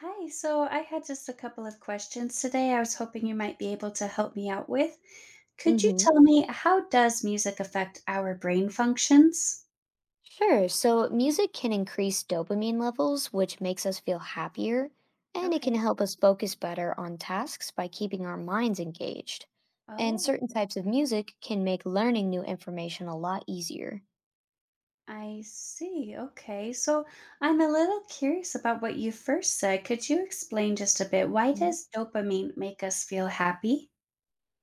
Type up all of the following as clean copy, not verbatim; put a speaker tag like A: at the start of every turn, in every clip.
A: Hi, so I had just a couple of questions today I was hoping you might be able to help me out with. Could you
B: Mm-hmm.
A: tell me, how does music affect our brain functions?
B: Sure. So, music can increase dopamine levels, which makes us feel happier, and it can
A: Okay.
B: help us focus better on tasks by keeping our minds engaged. And
A: Oh,
B: certain types of music can make learning new information a lot easier.
A: I see. Okay. So I'm a little curious about what you first said. Could you explain just a bit? Why
B: Mhm.
A: does dopamine make us feel happy?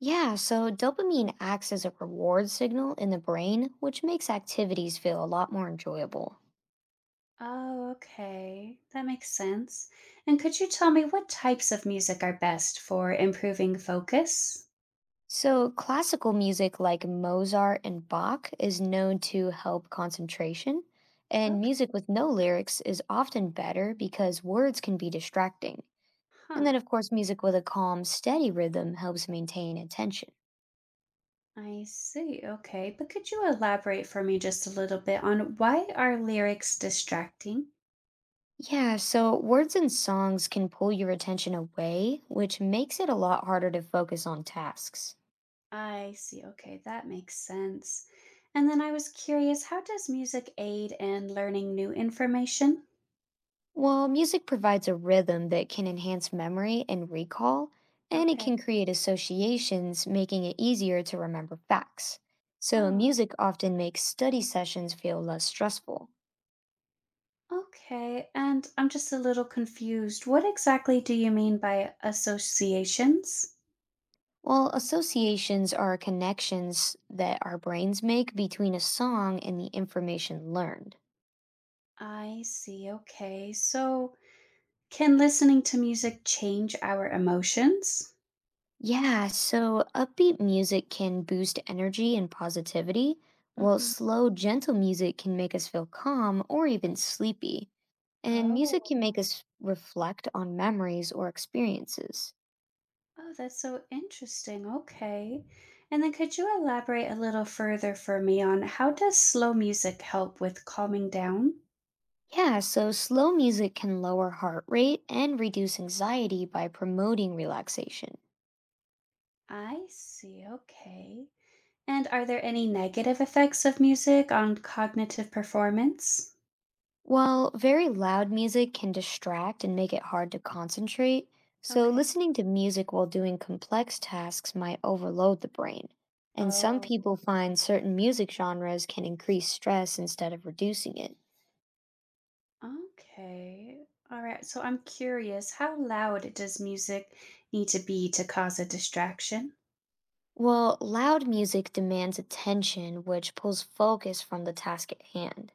B: Yeah, so dopamine acts as a reward signal in the brain, which makes activities feel a lot more enjoyable.
A: Oh, okay. That makes sense. And could you tell me what types of music are best for improving focus?
B: So, classical music like Mozart and Bach is known to help concentration, and
A: Okay.
B: music with no lyrics is often better because words can be distracting. And then,
A: Huh.
B: of course, music with a calm, steady rhythm helps maintain attention.
A: I see. Okay. But could you elaborate for me just a little bit on why are lyrics distracting?
B: Yeah, so words and songs can pull your attention away, which makes it a lot harder to focus on tasks.
A: I see. Okay. That makes sense. And then I was curious, how does music aid in learning new information?
B: Well, music provides a rhythm that can enhance memory and recall, and it
A: Okay.
B: can create associations, making it easier to remember facts. So,
A: Oh,
B: music often makes study sessions feel less stressful.
A: okay. And I'm just a little confused. What exactly do you mean by associations?
B: While associations are connections that our brains make between a song and the information learned.
A: I see. Okay. So can listening to music change our emotions?
B: Yeah, so upbeat music can boost energy and positivity, while
A: Mm-hmm.
B: slow, gentle music can make us feel calm or even sleepy. And music can make
A: Oh.
B: us reflect on memories or experiences.
A: Oh, that's so interesting. Okay. And then could you elaborate a little further for me on how does slow music help with calming down?
B: Yeah, so slow music can lower heart rate and reduce anxiety by promoting relaxation.
A: I see. Okay. And are there any negative effects of music on cognitive performance?
B: While very loud music can distract and make it hard to concentrate, so
A: Okay.
B: listening to music while doing complex tasks might overload the brain. And some
A: Oh,
B: people find certain music genres can increase stress instead of reducing it.
A: okay. All right. So I'm curious, how loud does music need to be to cause a distraction?
B: Well, loud music demands attention, which pulls focus from the task at hand.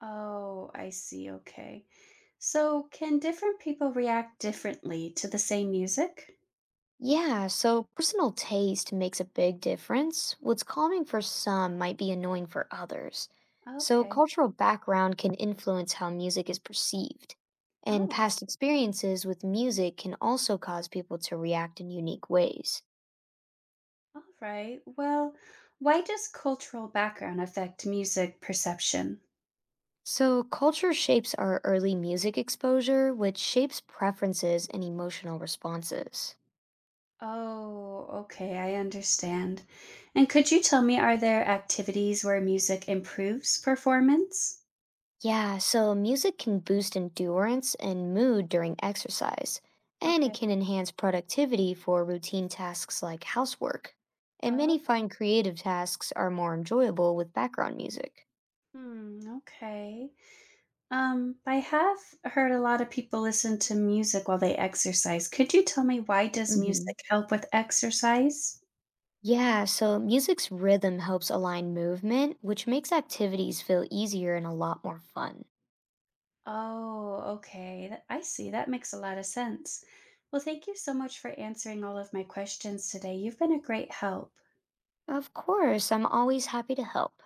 A: Oh, I see. Okay. So can different people react differently to the same music?
B: Yeah, so personal taste makes a big difference. What's calming for some might be annoying for others. So,
A: Okay.
B: cultural background can influence how music is perceived. And
A: Oh,
B: past experiences with music can also cause people to react in unique ways.
A: all right. Well, why does cultural background affect music perception?
B: So, culture shapes our early music exposure, which shapes preferences and emotional responses.
A: Oh, okay. I understand. And could you tell me, are there activities where music improves performance?
B: Yeah, so music can boost endurance and mood during exercise, and it
A: Okay.
B: can enhance productivity for routine tasks like housework. And many
A: Oh,
B: find creative tasks are more enjoyable with background music.
A: hmm. Okay. I have heard a lot of people listen to music while they exercise. Could you tell me, why does music
B: Hmm.
A: help with exercise?
B: Yeah, so music's rhythm helps align movement, which makes activities feel easier and a lot more fun.
A: Oh, okay. That- I see. That makes a lot of sense. Well, thank you so much for answering all of my questions today. You've been a great help.
B: Of course, I'm always happy to help.